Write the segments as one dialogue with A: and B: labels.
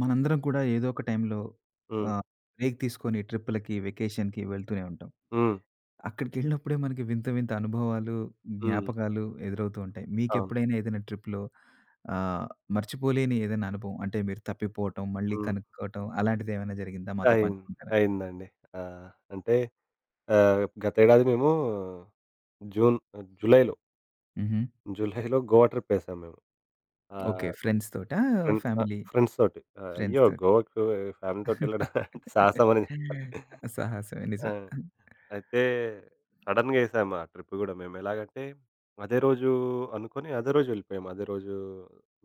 A: మనందరం కూడా ఏదో ఒక టైంలో
B: హ్మ్.
A: ఆహ్, బ్రేక్ తీసుకొని ట్రిప్పులకి, వెకేషన్‌కి వెళ్తూనే ఉంటాం.
B: హ్మ్.
A: అక్కడికెళ్ళినప్పుడే మనకి వింత వింత అనుభవాలు,
B: హ్మ్.
A: జ్ఞాపకాలు ఎదురవుతూ ఉంటాయి.
B: అవును.
A: మీకెప్పుడైనా ఏదైనా ట్రిప్‌లో ఆహ్, మర్చిపోలేని ఏదైనా అనుభవం అంటే మీరు తప్పిపోవటం, మళ్ళీ
B: హ్మ్.
A: కనుక్కోవటం అలాంటిది ఏమైనా జరిగిందా? మాతో
B: అయింది.
A: పంచుకుంటారా?
B: అయిందండి. ఆ! అంటే గతేడాది మేము జూన్ జులైలో,
A: హుహు.
B: జులైలో గోవా ట్రిప్ ఏసాం మేము.
A: ఓకే.
B: ఆహ్,
A: ఫ్రెండ్స్ తోటా? ఫ్యామిలీ
B: ఫ్రెండ్స్ తోటి.
A: ఫ్రెండ్స్
B: అయ్యో!
A: తోటి.
B: గోవాకు ఫ్యామిలీతోటెళ్ళడం అంటే సాహసమనే చెప్పాలి.
A: సాహసమే
B: ఆ!
A: నిజమే.
B: అయితే సడెన్‌గా ఏసాం ఆ ట్రిప్ గూడా మేము. ఎలాగంటే అదే రోజు అదే రోజు వెళ్ళిపోయాము. అదే రోజు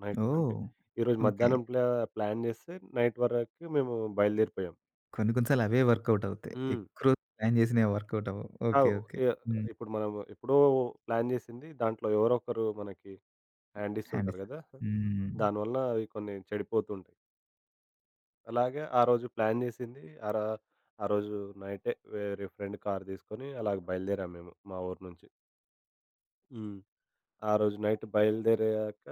B: నైట్ అంటే
A: ఓహ్!
B: ఈరోజు
A: ఓకే.
B: మధ్యాహ్నం ప్లాన్ జేస్తే నైట్ వరకు మేము బయలుదేరిపోయాం.
A: కొన్ని కొన్ని సార్లు అవే వర్కౌట్ అవుతాయి.
B: హ్మ్.
A: ఎక్కువ రోజులు ప్లాన్ చేసినవి వర్కౌట్ అవ్వవు. ఓకే.
B: అవ్
A: ఓకే.
B: ఎ
A: హ్మ్.
B: ఇప్పుడు మనం ఎప్పుడో ప్లాన్ జేసింది. దాంట్లో ఎవరో ఒకరు మనకి హ్యాండ్
A: హ్యాండ్
B: ఇస్తుంటారు
A: ఇస్తాం.
B: గదా!
A: హ్మ్.
B: దానివల్ల అవి కొన్ని చెడిపోతుంటాయి. అలాగే ఆ రోజు ప్లాన్ జేసింది. ఆ రోజు నైటే వేరే ఫ్రెండ్ కార్ తీసుకొని అలాగ బయలుదేరాము మేము మా ఊరు నుంచి. హ్మ్. ఆ రోజు నైట్ బయలుదేరాక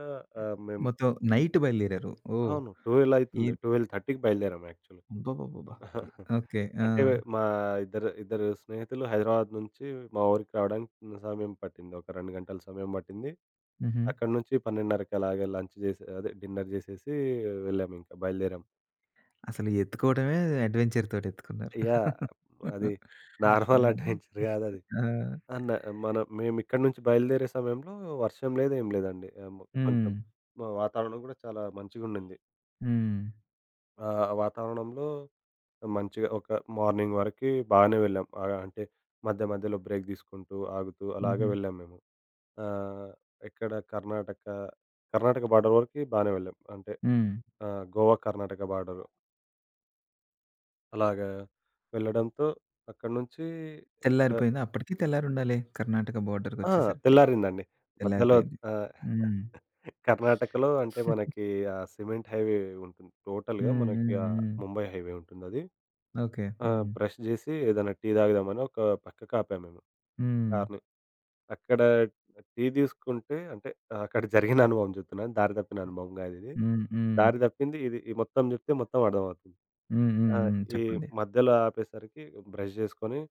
B: ఆహ్, మేము
A: మొత్తం నైట్ బయలుదేరారు. ఓహ్!
B: అవును. 12
A: ఈ
B: అయితుంది. 12:30కి బయలుదేరాము యాక్చువల్‌గా.
A: అబ్బబ్బబ్బబ్బా! ఓకే. ఆ!
B: అంటే మా ఇద్దరు స్నేహితులు హైదరాబాద్ నుంచి మా ఊరికి రావడానికి సమయం పట్టింది. ఒక 2 గంటల సమయం పట్టింది.
A: హుహు.
B: అక్కడి నుంచి 12:30కి అలాగే లంచ్ చేసి అదే డిన్నర్ చేసేసి బయలుదేరాం.
A: అసలు ఎత్తుకోవడమే అడ్వెంచర్ తోటి ఎత్తుకున్నారు.
B: యాహ్! అది నార్మల్
A: హ్మ్.
B: అడ్వెంచర్ కాదది.
A: ఆ!
B: అన్న మేమిక్కడి నుంచి బయలుదేరే సమయంలో వర్షం లేదు, ఏం లేదండి.
A: హ్మ్.
B: కొంచెం వాతావరణం కూడా చాలా మంచిగుండింది.
A: హ్మ్.
B: ఆ వాతావరణంలో మంచిగా ఒక మార్నింగ్ వరకి బాగానే వెళ్ళాం. అంటే మధ్య మధ్యలో బ్రేక్ తీసుకుంటూ, ఆగుతూ అలాగే
A: హుహు.
B: వెళ్ళాం మేము. ఆహ్, ఎక్కడ కర్ణాటక, కర్ణాటక బార్డర్ వరకి బానే వెళ్ళాం. అంటే
A: హ్మ్.
B: గోవా, కర్ణాటక బార్డర్ అలాగా వెళ్ళడంతో అక్కడి నుంచి ఇక్కడ
A: తెల్లారిపోయిందా? అప్పటికి తెల్లారుండాలే కర్ణాటక
B: ఆ!
A: బోర్డర్‌కొచ్చేసరికి.
B: తెల్లారిందండి. మధ్యలో
A: తెల్లారిపోయింది.
B: ఆహ్,
A: హ్మ్.
B: కర్ణాటకలో అంటే మనకి ఆ సిమెంట్ హైవే ఉంటుంది. టోటల్‌గా
A: హ్మ్.
B: మనకి
A: హ్మ్.
B: ఆ
A: హ్మ్.
B: ముంబై హైవే ఉంటుందది.
A: ఓకే.
B: ఆ!
A: హ్మ్.
B: బ్రష్ జేసి ఏదైనా టీ తాగుదామని ఒక పక్కకు ఆపాము మేము
A: హ్మ్.
B: కార్‌ని. అక్కడ టీ తీసుకుంటే అంటే ఆ, అక్కడ జరిగిన అనుభవం చెప్తున్నాను. దారి తప్పిన అనుభవం కాదు ఇది.
A: హ్మ్. హ్మ్.
B: దారి తప్పింది ఇది. ఈ మొత్తం చెప్తే మొత్తం అర్థమవుతుంది.
A: హ్మ్. హ్మ్.
B: ఆ!
A: హ్మ్.
B: ఈ
A: చెప్పండి.
B: మధ్యలో ఆపేసరికి బ్రష్ చేసుకొని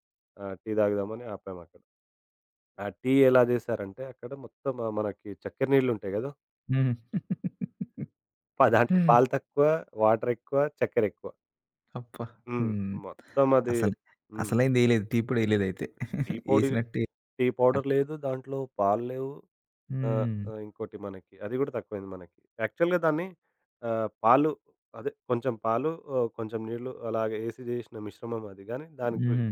B: టీ తాగుదామని ఆపామక్కడ. ఆ టీ ఎలా చేశారంటే అక్కడ మొత్తం మనకి చక్కెర నీళ్ళు ఉంటాయి కదా!
A: హ్మ్.
B: దాంట్లో పాలు తక్కువ, వాటర్ ఎక్కువ, చక్కెర ఎక్కువ.
A: అబ్బా!
B: హ్మ్.
A: హ్మ్.
B: మొత్తం అది
A: అసలు
B: హ్మ్.
A: అసలైందేయలేదు. తీపిడేయలేదయితే.
B: టీ పొడి
A: ఏసినట్టే
B: టీ
A: అట్
B: పౌడర్ లేదు. దాంట్లో పాలు లేవు. ఆ!
A: హ్మ్.
B: ఆ! ఇంకోటి మనకి అది గూడా తక్కువైంది మనకి. యాక్చువల్‌గా దాన్ని ఆహ్, పాలు అదే కొంచెం పాలు, కొంచెం నీళ్ళు అలాగే ఏసి జేసిన మిశ్రమం అది గానీ, దానికి
A: హుహు.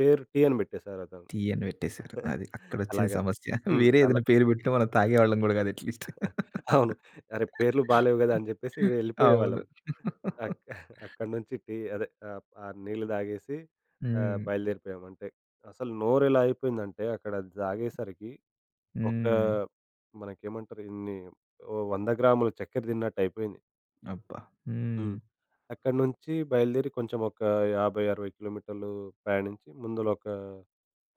B: పేరు టీ అని బెట్టేసారు అతను.
A: తీయని పెట్టేసారు. అది అక్కడొచ్చింది
B: అలాగా
A: సమస్య.
B: హ్మ్.
A: వేరే
B: అలా
A: ఏదైనా పేరు పెట్టినా మనం తాగేవాళ్ళం గూడా గాదు అట్‌లీస్ట్.
B: అవును. అరే! పేర్లు బాలేవు గదా! అని జెప్పేసి
A: అవును.
B: వెళ్ళిపోయేవాళ్ళం. అక్ అక్కడి నుంచి ఆ నీళ్ళు తాగేసి
A: హ్మ్.
B: బయలుదేరిపోయాం. అంటే అసలు నోరెలా అయిపోయిందంటే అక్కడ అది తాగేసరికి ఒక
A: హ్మ్.
B: మనకేమంటారు ఇన్ని ఓ 100 గ్రాముల చక్కెర తిన్నట్టయిపోయింది.
A: అబ్బా! హ్మ్.
B: హ్మ్. అక్కడి నుంచి బయలుదేరి కొంచెం ఒక 50, 60 కిలోమీటర్లు ప్రయాణించి ముందులో ఒక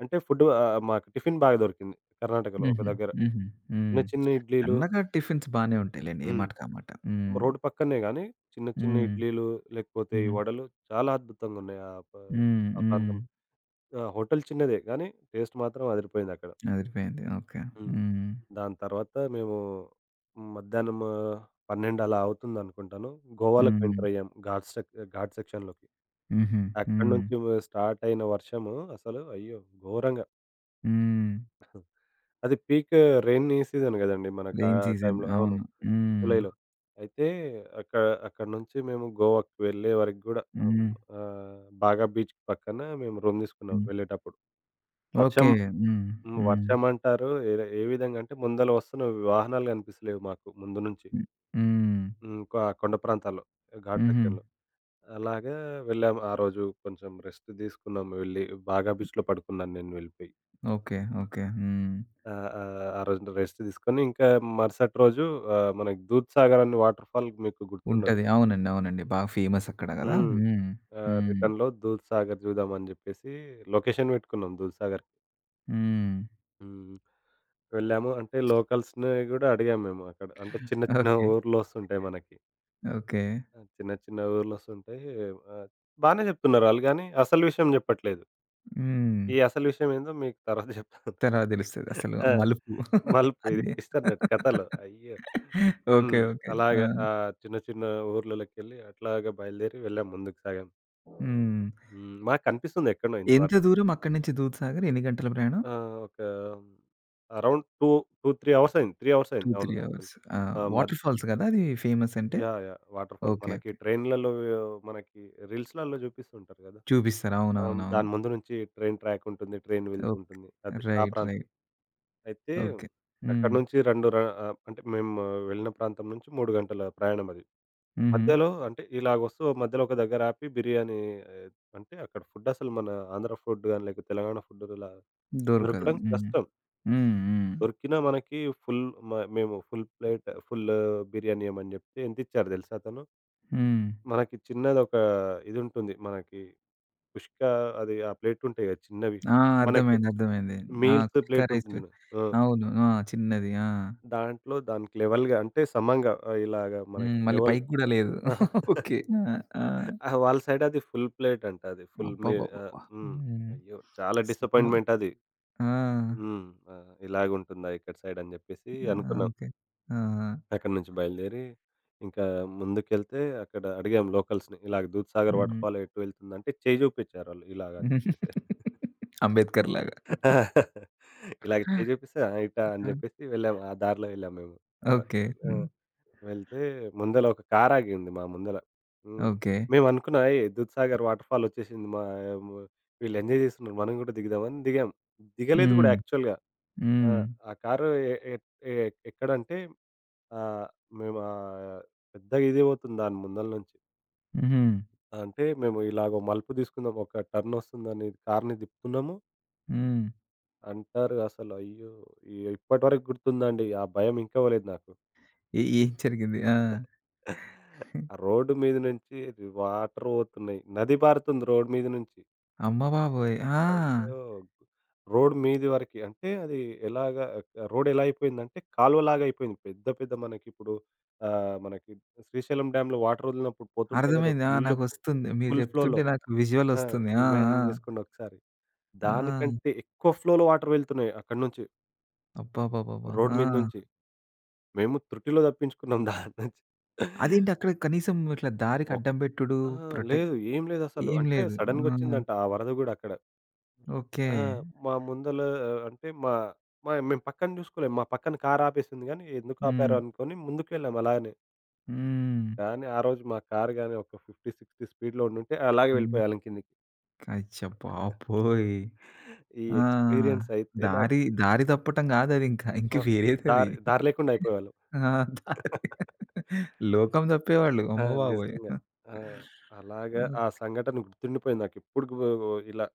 B: అంటే మాకు టిఫిన్ బాగా దొరికింది. కర్ణాటకలో ఒక
A: హుహు.
B: దగ్గర.
A: హుహు. హ్మ్.
B: చిన్న చిన్న ఇడ్లీలు
A: సన్నగా టిఫిన్స్ బానే ఉంటాయిలెండి. ఏ
B: హ్మ్.
A: మాటకి ఆ మాట. హ్మ్.
B: రోడ్డు పక్కనే గానీ చిన్న చిన్న
A: హ్మ్.
B: ఇడ్లీలు లేకపోతే ఈ
A: హుహు.
B: వడలు చాలా అద్భుతంగున్నాయి.
A: హ్మ్.
B: ఆ
A: హ్మ్.
B: ప్రాంతం. ఆ! హోటల్ చిన్నదే గానీ టేస్ట్ మాత్రం అదిరిపోయిందక్కడ.
A: అదిరిపోయింది. ఓకే.
B: హ్మ్.
A: హ్మ్.
B: దాని తర్వాత మేము మధ్యాహ్నం 12 అలా అవుతుందనుకుంటాను. గోవాలోకి
A: హ్మ్.
B: ఎంటర్ అయ్యాం. ఘాట్ సెక్షన్‌లోకి.
A: హుహు.
B: అక్కడి
A: హ్మ్.
B: నుంచి స్టార్ట్ అయిన వర్షము అసలు అయ్యో! ఘోరంగా.
A: హ్మ్.
B: అది పీక్ రెయినీ సీజన్ గదండీ! మనకు ఆ
A: రెయిన్ సీజన్.
B: టైంలో. అవును.
A: అవును. హ్మ్.
B: జూలైలో. అయితే అక్క అక్కడి నుంచి మేము గోవాకి వెళ్ళే వరకు గూడా ఆహ్,
A: హ్మ్.
B: ఆహ్, బాగా బీచ్ పక్కన మేము రూమ్ తీసుకున్నాం
A: హ్మ్.
B: వెళ్ళేటప్పుడు.
A: ఓకే.
B: వర్షం
A: హ్మ్.
B: హ్మ్.
A: హ్మ్.
B: వర్షం అంటారు ఏ ఏ విధంగా అంటే ముందల వస్తున్న వాహనాలు గనిపిస్తలేవు మాకు ముందు నుంచి.
A: హ్మ్. హ్మ్.
B: హ్మ్. ఆ కొండ ప్రాంతాల్లో ఘాట్
A: హుహు.
B: సెక్షన్‌లో. అలాగా వెళ్ళాము. ఆ రోజు కొంచెం రెస్ట్ తీసుకున్నాం వెళ్ళి. బాగా బీచ్‌లో పడుకున్నాను నేను వెళ్ళిపోయి.
A: ఓకే. ఓకే. హ్మ్.
B: ఆ! ఆ! ఆ రోజున రెస్ట్ తీసుకొని ఇంకా మరుసటి రోజు మనకి దూద్‌సాగర్ అని వాటర్‌ఫాల్ మీకు గుర్తుండొచ్చు.
A: ఉంటది. అవునండి. అవునండి. బాగా ఫేమస్ అక్కడ గదా!
B: హ్మ్.
A: హ్మ్. హ్మ్.
B: రిటర్న్‌లో దూద్‌సాగర్ చూద్దామని జెప్పేసి లొకేషన్ పెట్టుకున్నాం దూద్‌సాగర్‌కి.
A: హ్మ్.
B: హ్మ్. వెళ్ళాము. అంటే లోకల్స్‌ని గూడా అడిగాము మేము అక్కడ. అంటే చిన్న చిన్న
A: ఓకే.
B: ఊర్లొస్తుంటాయి మనకి.
A: ఓకే.
B: ఆ! చిన్న చిన్న ఊర్లొస్తుంటాయి. ఆహ్, బానే జెప్తున్నారు ఆళ్ళు గానీ అసలు విషయం జెప్పట్లేదు.
A: హ్మ్.
B: ఈ అసలు విషయం ఏందో మీకు తర్వాత జెప్తాను.
A: తర్వాత తెలుస్తది అసలు
B: ఆ!
A: మలుపు.
B: మలుపు ఇది
A: అదే.
B: ట్విస్ట్ అన్నట్టు కథలో. అయ్యో!
A: ఓకే.
B: హ్మ్.
A: ఓకే. ఆ!
B: అలాగా చిన్న చిన్న ఊర్లలోకెళ్ళి అట్లాగా బయలుదేరి వెళ్ళాం ముందుకు సాగాం.
A: హ్మ్.
B: హ్మ్. మాకు కనిపిస్తుంది ఎక్కడనో ఇంత
A: ఎంత
B: వరకు.
A: దూరం అక్కడి నుంచి దూద్‌సాగర్ ఎన్ని గంటల ప్రయాణం?
B: ఆ! ఒక అరౌండ్ 3 అవర్స్ అయింది. 3 అవర్స్ అయింది.
A: 2,
B: అవును
A: 3 అవర్స్.
B: యాక్చువల్లీ.
A: ఆ!
B: ఆ!
A: వాటర్ ఫాల్స్ గదా! అది ఫేమస్ అంటే?
B: యాహ్! యాహ్! Waterfall
A: okay.
B: మనకి
A: ఓకే.
B: ట్రైన్‌లలో మనకి రీల్స్‌లలో చూపిస్తూ ఉంటారు కదా!
A: చూపిస్తారు.
B: ఆ!
A: అవునవునవును.
B: దాని ముందు నుంచి ట్రైన్ ట్రాక్ ఉంటుంది. Train
A: okay.
B: వెళ్తుంటుంది. అది ఆ
A: రైట్.
B: ప్రాంతం.
A: రైట్.
B: అయితే
A: ఓకే.
B: అక్కడి
A: హ్మ్.
B: నుంచి అంటే మేము వెళ్ళిన ప్రాంతం నుంచి 3 గంటల ప్రయాణం అది.
A: హుహు.
B: మధ్యలో అంటే ఇలాగొస్తూ మధ్యలో ఒక దగ్గర ఆపి ఆహ్, అంటే అక్కడ ఫుడ్ అసలు మన ఆంధ్ర ఫుడ్ గాని, లేకపోతే తెలంగాణ ఫుడ్ ఇలా
A: దొరకదు.
B: దొరకడం
A: హ్మ్.
B: కష్టం.
A: హ్మ్. హ్మ్.
B: దొరికినా మనకి ఫుల్ మ మేము ఫుల్ ప్లేట్ ఫుల్ బిర్యానీ ఇయ్యమని చెప్తే ఎంతిచ్చారో తెలుసా అతను?
A: హ్మ్.
B: మనకి చిన్నదొక ఇదుంటుంది. మనకి కుష్కా అది ఆ ప్లేట్ ఉంటాయి కదా! చిన్నవి.
A: ఆ!
B: మనకి
A: అర్థమైంది. అర్థమైంది. ఆ!
B: Meals
A: kushka
B: plate
A: rice. వే-
B: ఉంటుంది. ఆ!
A: అవును. ఆ! చిన్నది. ఆ!
B: దాంట్లో దానికి లెవెల్‌గా అంటే సమంగా ఇలాగ
A: హ్మ్.
B: మనకి
A: మళ్ళీ
B: లెవెల్
A: పైకి గూడా లేదు. ఓకే. ఆ! ఆ!
B: ఆ! వాళ్ళ సైడ్ అది ఫుల్ ప్లేట్ అంట అది.
A: అబ్బబ్బబ్బబ్బా!
B: హ్మ్.
A: హ్మ్.
B: అయ్యో! చాలా
A: సుకుమా
B: డిసప్పాయింట్‌మెంట్ అది.
A: ఆ!
B: హ్మ్. ఆ! ఇలాగుంటుందా ఇక్కడ సైడ్ అని జెప్పేసి
A: ఆ!
B: అనుకున్నాం.
A: ఓకే. ఆ! ఆ!
B: అక్కడి నుంచి బయలుదేరి ఇంకా ముందుకెళ్తే అక్కడ అడిగాం లోకల్స్‌ని. ఇలాగ దూద్‌సాగర్
A: హ్మ్.
B: వాటర్‌ఫాల్ ఎటు వెళ్తుందంటే చేయి జూపిచ్చారు ఆళ్ళు ఇలాగ అని చెప్పేసి.
A: అంబేద్కర్ లాగా.
B: ఆ! ఇలాగ చేయి జూపిస్తే ఆ! ఇటా అని
A: ఆ!
B: జెప్పేసి వెళ్ళాం. ఆ దారిలో వెళ్ళాం మేము. ఆ!
A: ఓకే.
B: ఆ!
A: హ్మ్.
B: వెళ్తే ముందల ఒక కారాగింది మా ముందల. హ్మ్.
A: ఓకే.
B: మేమనుకున్నా "ఏయ్! దూద్‌సాగర్ వాటర్‌ఫాల్ ఒచ్చేసింది. మా ము వీళ్ళు ఎంజాయ్ జేస్తున్నారు. మనం గూడా దిగుదామని" దిగాం. దిగలేదు గూడా
A: హ్మ్.
B: యాక్చువల్‌గా. ఆ!
A: హ్మ్.
B: ఆ కారు ఎ ఎట్ ఎ ఎక్కడంటే ఆహ్, మేము ఆహ్, పెద్దగా ఇదే పోతుంది దాని ముందల నుంచి.
A: హుహు.
B: అంటే మేము ఇలాగో మలుపు తీసుకుందాం, ఒక టర్న్ ఒస్తుందని కార్‌ని తిప్పుతున్నాము.
A: హ్మ్.
B: అంటారు అసలు అయ్యో! ఇప్పటి వరకు గుర్తుందండి. ఆ భయం ఇంకా పోలేదు నాకు.
A: ఏం జరిగింది? ఆ!
B: ఆ రోడ్డు మీద నుంచి వాటర్ పోతున్నాయి. నది పారుతుంది రోడ్డు మీద నుంచి.
A: అమ్మ బాబోయ్! ఆ!
B: అయ్యో! రోడ్ మీది వరకి. అంటే అది ఎలాగా రోడ్ ఎలా అయిపోయిందంటే కాలువలాగా అయిపోయింది. పెద్ద పెద్ద మనకిప్పుడు మనకి శ్రీశైలం డ్యామ్‌లో వాటర్ వదిలినప్పుడు పోతుంటాయి గదా!
A: అర్థమైంది. ఆ! నాకొస్తుంది. మీరు
B: ఫుల్
A: చెప్తుంటే
B: ఫ్లోలో.
A: నాకు విజువల్
B: ఆ!
A: ఒస్తుంది. ఆ! ఆ!
B: ఇమాజిన్ జేసుకోండి ఒకసారి.
A: ఆ!
B: దానికంటే ఎక్కువ ఫ్లోలో వాటర్ వెళ్తున్నాయి అక్కడి నుంచి.
A: అబ్బబ్బబ్బబ్బా!
B: రోడ్ మీద
A: ఆ!
B: నుంచి. మేము త్రుటిలో తప్పించుకున్నాం దాని నుంచి.
A: అదేంటి అక్కడ కనీసం ఇట్లా దారికి అడ్డం బెట్టుడు,
B: ఆహా!
A: ప్రొటెక్ట్
B: లేదు. ఏం లేదసలు.
A: ఏం
B: అంటే
A: లేదు. ఆ!
B: సడెన్‌గొచ్చిందంట ఆ వరద గూడా అక్కడ.
A: ఓకే.
B: ఆ! మా ముందల ఆహ్, అంటే మా మా మేము పక్కన జూసుకోలేము. మా పక్కన కారు ఆపేసింది గానీ, ఎందుకు ఆపారో
A: హ్మ్.
B: అనుకోని ముందుకెళ్ళాం అలాగనే.
A: హ్మ్.
B: కానీ ఆ రోజు మా కారు గానీ ఒక 50, 60 స్పీడ్‌లో ఉండుంటే అలాగే
A: హ్మ్.
B: వెళ్ళిపోయేవాళ్ళం కిందకి.
A: అచ్చ బాబోయ్!
B: ఈ
A: ఆ!
B: ఎక్స్‌పీరియన్స్ అయితే నాకు
A: దారి, దారి తప్పటం గాదదింక. ఇంక
B: ఆహ్,
A: వేరేదది.
B: దారి దారి లేకుండా అయిపోయేవాళ్ళం.
A: ఆ! దారి లోకం తప్పేవాళ్ళు.
B: ఆ!
A: అమ్మ బాబోయ్!
B: నిజంగా. ఆ! అలాగా
A: హ్మ్.
B: ఆ సంఘటన గుర్తుండిపోయింది నాకెప్పుడుకు ఇలా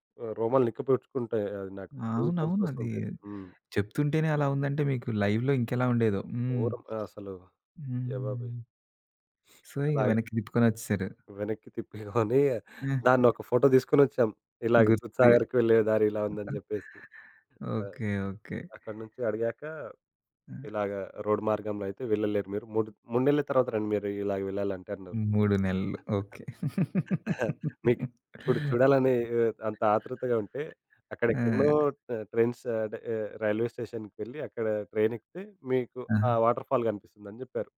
B: రోమాలు నిక్కపొడుచుకుంటాయి. అది నాకు గూస్ బంప్స్
A: అవునవును. అది
B: వస్తుంటాయి. హ్మ్.
A: చెప్తుంటేనే అలా ఉందంటే మీకు లైవ్‌లో ఇంకెలా ఉండేదో. హ్మ్.
B: ఘోరం. ఆ! అసలు అయ్యబాబోయ్!
A: హ్మ్. సో, ఇగ
B: అలాగే
A: వెనక్కి తిప్పుకొనొచ్చేసారు.
B: వెనక్కి తిప్పుకొని
A: ఆ!
B: దాన్నొక ఫోటో తీసుకొనొచ్చాం. ఇలాగ
A: గుర్తుగా.
B: దూద్‌సాగర్‌కి వెళ్ళే దారి ఇలా ఉందని జెప్పేసి. ఆ!
A: ఓకే. ఓకే.
B: అక్కడి నుంచి అడిగాక
A: ఆ!
B: ఇలాగ రోడ్ మార్గంలో అయితే వెళ్ళలేరు మీరు. 3 నెల్ల తర్వాత రండి మీరు ఇలాగ వెళ్ళాలంటే అన్నారు.
A: 3 నెలలు. ఓకే.
B: మీకు ఇప్పుడు చూడాలని అంత ఆతృతగా ఉంటే అక్కడెక్కడనో
A: ఆ!
B: రైల్వే స్టేషన్‌కి వెళ్ళి అక్కడ ట్రైనెక్కితే మీకు
A: ఆ!
B: ఆ వాటర్‌ఫాల్ గనిపిస్తుందని జెప్పారు.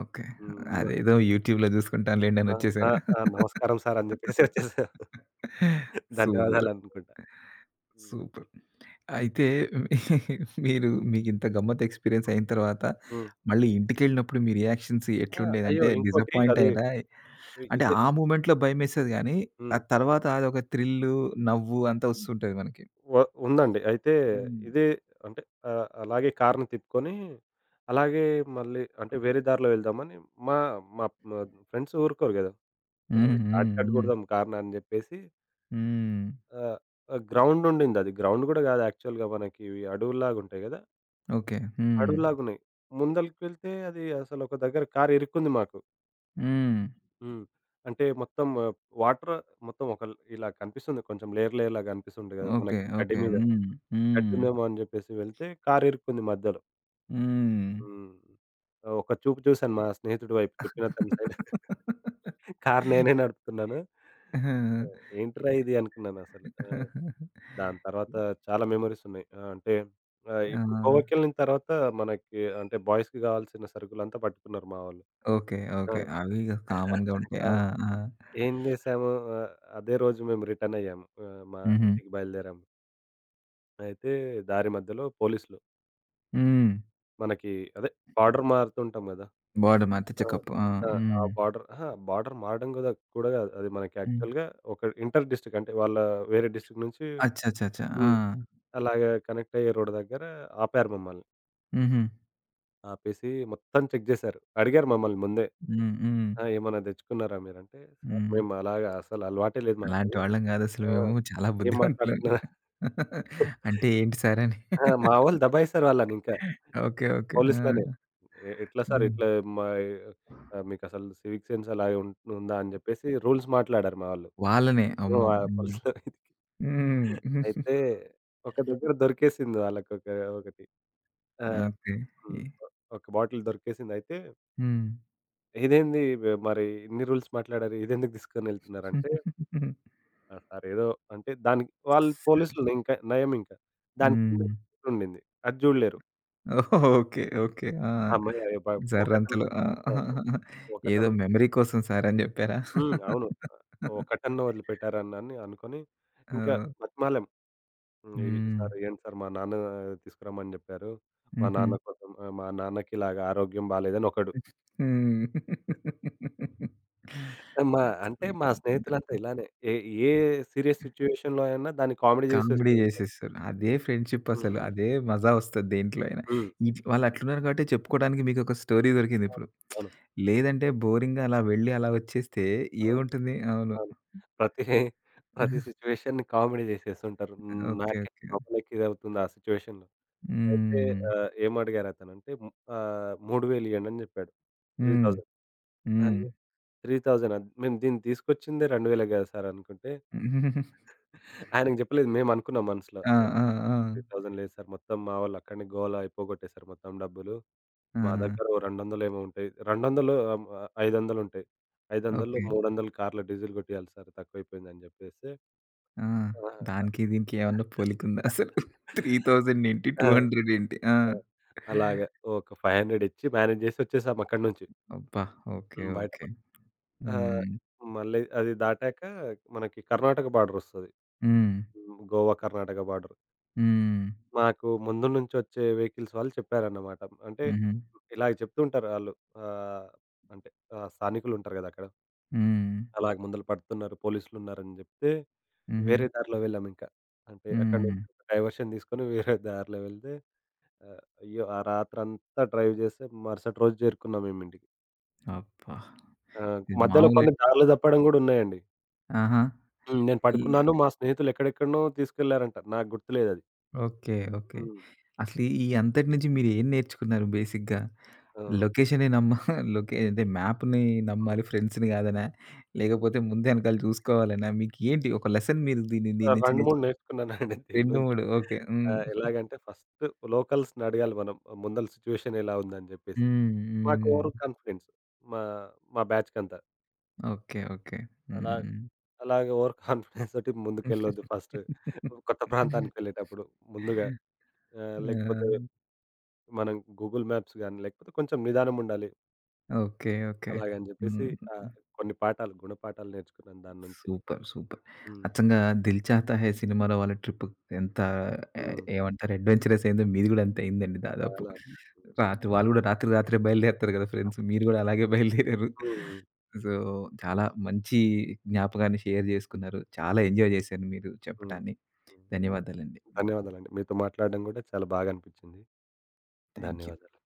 A: ఓకే.
B: హ్మ్.
A: అదేదో యూట్యూబ్‌లో జూసుకుంటాను లేండి అని
B: ఆ! ఆ!
A: వచ్చేసారా?
B: ఆ! నమస్కారం సార్ అని జెప్పేసి వచ్చేసాం.
A: సూపర్.
B: ధన్యవాదాలనుకుంటా. హ్మ్.
A: సూపర్. అయితే మీరు మీకింత గమ్మత్తు ఎక్స్‌పీరియన్స్
B: హ్మ్.
A: అయిన తర్వాత
B: హ్మ్.
A: మళ్ళీ ఇంటికెళ్ళినప్పుడు మీ రియాక్షన్స్
B: ఆ! అయ్యో!
A: ఎట్లుండేదంటే
B: ఇంకోటి
A: డిసప్పాయింట్
B: అది
A: అయ్యారా? అంటే
B: ఇదే
A: ఆ మొమెంట్‌లో భయమేసేది గానీ, ఆ
B: హ్మ్.
A: తర్వాత అదొక థ్రిల్లు, నవ్వు అంతా వస్తుంటది మనకి.
B: వ ఉందండి. అయితే
A: హ్మ్.
B: ఇదే అంటే అలాగే కార్‌ని తిప్పుకొని, అలాగే మళ్ళీ అంటే వేరే దారిలో వెళ్దామని మా మా మా ఫ్రెండ్స్ ఊరుకోరు గదా!
A: హ్మ్.
B: "ఏహ్!
A: హ్మ్.
B: షార్ట్‌కట్
A: హ్మ్.
B: గొడదాం కార్‌ని" అని జెప్పేసి
A: హ్మ్.
B: ఆహ్, ఆహ్, గ్రౌండ్ ఉండిందది. గ్రౌండ్ గూడా గాదు యాక్చువల్‌గా మనకి ఇవి అడవుల్లాగుంటాయి గదా!
A: ఓకే. హ్మ్.
B: అడవుల్లాగున్నాయి. ముందలకి వెళ్తే అది అసలొక దగ్గర కార్ ఇరుక్కుంది మాకు.
A: హ్మ్.
B: హ్మ్. అంటే మొత్తం వాటర్ మొత్తం ఒక ఇలా కనిపిస్తుంది. కొంచెం లేయర్ లేయర్‌లా కనిపిస్తుండే కదా!
A: ఓకే.
B: మనకి గడ్డి
A: ఓకే.
B: మీద.
A: హ్మ్. హ్మ్.
B: గడ్డుందేమో అని చెప్పేసి వెళ్తే కారు ఇరుక్కుంది మధ్యలో.
A: హ్మ్.
B: హ్మ్. ఒక చూపు చూసాను మా స్నేహితుడి వైపు చెప్పిన అతని సైడ్. కారు నేనే నడుపుతున్నాను.
A: ఆ!
B: ఏంట్రా ఇది అనుకున్నానసలు. ఆ! దాని తర్వాత చాలా మెమోరీస్ ఉన్నాయి. ఆ! అంటే
A: ఆ!
B: ఇప్పుడు గోవాకెళ్ళిన తర్వాత మనకి అంటే బాయ్స్‌కి కావాల్సిన సరుకులంతా పట్టుకున్నారు మా వాళ్ళు.
A: ఓకే. ఓకే. అవి ఇగ కామన్‌గా ఉంటాయి.
B: ఆ!
A: ఆ! ఆ!
B: ఏం జేశాము ఆహ్, అదే రోజు మేము రిటర్నయ్యాము. మా
A: హుహు.
B: ఇంటికి బయలుదేరాము. అయితే దారి మధ్యలో పోలీసులు
A: హ్మ్.
B: మనకి అదే బార్డర్ మారుతుంటాం గదా!
A: బాడీ మధ్య
B: ఆ!
A: చెకప్. ఆ!
B: ఆ! ఆ
A: హ్మ్.
B: బార్డర్ అహా! బార్డర్ మారడం గూడా కూడా గాదు. అది మనకి
A: హ్మ్.
B: యాక్చువల్‌గా ఒక ఇంటర్ డిస్ట్రిక్ట్ అంటే వాళ్ళ వేరే డిస్ట్రిక్ట్ నుంచి
A: అచ్చచ్చచ్చ! ఆ!
B: హ్మ్. అలాగా కనెక్ట్ అయ్యే రోడ్ దగ్గర ఆపారు మమ్మల్ని.
A: హుహు.
B: ఆపేసి మొత్తం చెక్ జేశారు. అడిగారు మమ్మల్ని ముందే.
A: హ్మ్. హ్మ్.
B: "ఆ! ఏమన్నా తెచ్చుకున్నారా మీరంటే?" "సార్
A: హ్మ్.
B: మేము అలాగా అసలు అలవాటే లేదు
A: అలాంటి
B: మాకది.
A: వాళ్ళం గాదసలు
B: ఆ!
A: మేము. చాలా
B: ఏం
A: బుద్ధిమంతులం.
B: మాట్లాడుతున్నారు?"
A: అంటే ఏంటి సార్ అని.
B: ఆ! మా వాళ్ళు దబాయిస్తారు వాళ్ళనింకా
A: ఓకే. ఓకే. ఆ!
B: పోలీసులనే. ఎట్లా సార్
A: హ్మ్.
B: ఇట్లా మా మీకసలు సివిక్ సెన్స్ అలాగే ఉందా అని జెప్పేసి రూల్స్ మాట్లాడారు మా వాళ్ళు.
A: వాళ్ళనే.
B: హ్మ్.
A: అమ్మో!
B: ఆ
A: హ్మ్.
B: పోలీసులకి.
A: హ్మ్.
B: అయితే ఒక దగ్గర దొరికేసింది వాళ్ళకొక ఒకటి. ఆ!
A: ఓకే. ఈ
B: హ్మ్. ఒక బాటిల్ దొరికేసింది. అయితే
A: హ్మ్.
B: ఇదేంది మరి ఇన్ని రూల్స్ మాట్లాడారు. ఇదెందుకు తీసుకొనెళ్తున్నారంటే సార్ ఏదో అంటే దానికి వాళ్ళు
A: శ్యామ్.
B: పోలీసులు ఇంకా నయం ఇంకా. దాని కింద
A: హ్మ్.
B: ఉండింది. అది జూడలేరు.
A: ఓకే. ఓకే. ఆ!
B: ఆ! మరి ఒకటన్
A: జర్రంతలో ఆ!
B: ఆ!
A: ఏదో
B: ఒకటన్
A: మెమరీ కోసం సార్ అని జెప్పారా?
B: హ్మ్. అవును. ఆహ్, ఒకటన్నా వదిలిపెట్టారనని అనుకోని ఇంకా
A: ఓహ్!
B: బతిమాలాం. హ్మ్. ఈ
A: హ్మ్.
B: సార్ ఇయ్యండి సార్ మా నాన్న తీసుకురమ్మని చెప్పారు. మా
A: హుహు.
B: నాన్న కోసం మా నాన్నకి ఇలాగ ఆరోగ్యం బాలేదని ఒకడు.
A: హ్మ్.
B: మా అంటే మా స్నేహితులంతా ఇలానే. ఏ ఏ సీరియస్ సిట్యుయేషన్‌లో అయినా దాన్ని కామెడీ చేసేస్తూ
A: కామెడీ
B: ఉంటారు.
A: జేసేస్తారు. అదే ఫ్రెండ్‌షిప్
B: హ్మ్.
A: అసలు. అదే మజా వస్తది దేంట్లో అయినా.
B: హ్మ్.
A: ఇట్ వాళ్ళు అట్లున్నారు కాబట్టి చెప్పుకోవడానికి మీకొక స్టోరీ దొరికిందిప్పుడు.
B: అవును.
A: లేదంటే బోరింగ్‌గా అలా వెళ్లి అలా వచ్చేస్తే
B: ఆ!
A: ఏముంటుంది? అవును.
B: అవును. ప్రతి ప్రతి సిట్యుయేషన్‌ని కామెడీ జేసేస్తుంటారు. హ్మ్.
A: ఓకే.
B: నాకే
A: ఓకే.
B: నవ్వులకి ఇదవుతుంది ఆ సిట్యుయేషన్‌లో. అయితే
A: హ్మ్.
B: ఏమడిగారు అతనంటే 3000 ఇయ్యండని జెప్పాడు. 3000
A: హ్మ్. హ్మ్.
B: అయ్యో! 3000 అద్ మేము దీన్ని తీసుకొచ్చిందే 2000 గదా సార్ అనుకుంటే, ఆయనకు జెప్పలేదు. మేమనుకున్నాం మనసులో.
A: ఆ! ఆ! ఆ!
B: 3000 లేదు సార్ మొత్తం మా వాళ్ళు అక్కడనే గోల అయిపోగొట్టేసారు మొత్తం డబ్బులు.
A: ఆ!
B: మా దగ్గర ఓ 200 ఏమో ఉంటాయి. 500 ఉంటాయి. 500లో
A: ఓకే.
B: 300 కార్‌లో డీజిల్ గొట్టియాలి సార్ తక్కువైపోయిందని జెప్పేస్తే
A: ఆ!
B: ఆహా!
A: దానికి దీనికి ఏమన్నా పోలికుందా అసలు? 3,000 ఏంటి?
B: ఆ!
A: 200 ఏంటి? ఆ!
B: ఆ! అలాగా ఒక 500 ఇచ్చి మేనేజ్ జేసి వచ్చేసాం అక్కడి నుంచి.
A: అబ్బా! ఓకే.
B: హ్మ్.
A: ఓకే.
B: బయటపడి ఆహ్,
A: హ్మ్.
B: మళ్ళీ అది దాటాక మనకి కర్ణాటక బార్డర్ వస్తది.
A: హ్మ్.
B: హ్మ్. గోవా, కర్ణాటక బార్డర్.
A: హ్మ్.
B: మాకు ముందు నుంచి వచ్చే వెహికల్స్ వాళ్ళు చెప్పారన్నమాట. అంటే
A: హుహు.
B: ఇలాగ చెప్తూ ఉంటారు ఆళ్ళు. ఆహ్, అంటే స్థానికులు ఉంటారు గదా! అక్కడ.
A: హ్మ్.
B: అలాగ ముందల పడుతున్నారు పోలీసులున్నారని జెప్తే,
A: హుహు.
B: వేరే దారిలో వెళ్ళాం ఇంకా. అంటే అక్కడి నుంచి
A: హ్మ్.
B: డైవర్షన్ తీసుకొని వేరే దారిలో వెళ్తే ఆ! అయ్యో! ఆ రాత్రంతా డ్రైవ్ చేస్తే మరుసటి రోజు చేరుకున్నాం మేము ఇంటికి.
A: అబ్బా!
B: ఆ!
A: ఇది
B: మధ్యలో
A: మామూలే
B: కొన్ని దారులు తప్పడం గూడా ఉన్నాయండి.
A: ఆహా!
B: హ్మ్. నేను పడుకున్నాను. మా స్నేహితులు ఎక్కడెక్కడనో తీసుకెళ్లారంట. నాకు గుర్తులేదది.
A: ఓకే. ఓకే.
B: హ్మ్.
A: అసలు ఈ అంతటి నుంచి మీరు ఏం నేర్చుకున్నారు బేసిక్‌గా?
B: ఆ!
A: లొకేషనే నమ్మ లొకే అంటే మ్యాప్‌ని
B: హ్మ్.
A: నమ్మాలి ఫ్రెండ్స్‌ని కాదనా? లేకపోతే ముందు వెనకాల చూసుకోవాలనా? మీకు ఏంటి ఒక లెసన్ మీరు దీని దీని నుంచి
B: 2,
A: నేర్చు
B: 3 నేర్చుకున్నానండి దీని
A: 2,
B: నుంచి.
A: 3 ఓకే.
B: ఆ!
A: హ్మ్.
B: ఎలాగంటే ఫస్ట్ లోకల్స్‌ని అడగాలి మనం ఆ, ముందల సిట్యుయేషన్ ఎలా ఉందని జెప్పేసి.
A: హ్మ్.
B: మాకు
A: హ్మ్.
B: ఓవర్ కాన్ఫిడెన్స్ మా మా బ్యాచ్‌కంతా.
A: ఓకే. ఓకే.
B: అలా
A: హ్మ్.
B: అలాగే ఓవర్ కాన్ఫిడెన్స్ తోటి ముందుకెళ్ళొద్దు ఫస్ట్. కొత్త ప్రాంతానికెళ్ళేటప్పుడు ముందుగా
A: ఆ!
B: లేకపోతే మనం గూగుల్ మ్యాప్స్ గాని, లేకపోతే కొంచెం నిదానం ఉండాలి.
A: ఓకే. ఓకే.
B: అలాగని హ్మ్. జెప్పేసి
A: హ్మ్.
B: ఆహ్, కొన్ని పాఠాలు, గుణపాఠాలు నేర్చుకున్నాను దాని నుంచి.
A: సూపర్. సూపర్.
B: హ్మ్.
A: అచ్చంగా 'దిల్ చాతా హై' సినిమాలో వాళ్ళ ట్రిప్ ఎంత ఏ
B: హ్మ్.
A: ఏమంటారు అడ్వెంచరస్ అయిందో మీది గూడా అంతే అయిందండి దాదాపు.
B: చాలా.
A: రాత్రి వాళ్ళు గూడా రాత్రి రాత్రే బయలుదేరుతారు గదా ఫ్రెండ్స్. మీరు గూడా అలాగే బయలుదేరారు.
B: హ్మ్. హ్మ్.
A: సో, చాలా మంచి జ్ఞాపకాన్ని షేర్ జేసుకున్నారు. చాలా ఎంజాయ్ జేశారు మీరు
B: హ్మ్.
A: చెప్పటాన్ని.
B: హ్మ్.
A: ధన్యవాదాలండి.
B: ధన్యవాదాలండి. మీతో మాట్లాడడం గూడా చాలా బాగా అనిపించింది.
A: థాంక్యూ.
B: ధన్యవాదాలు.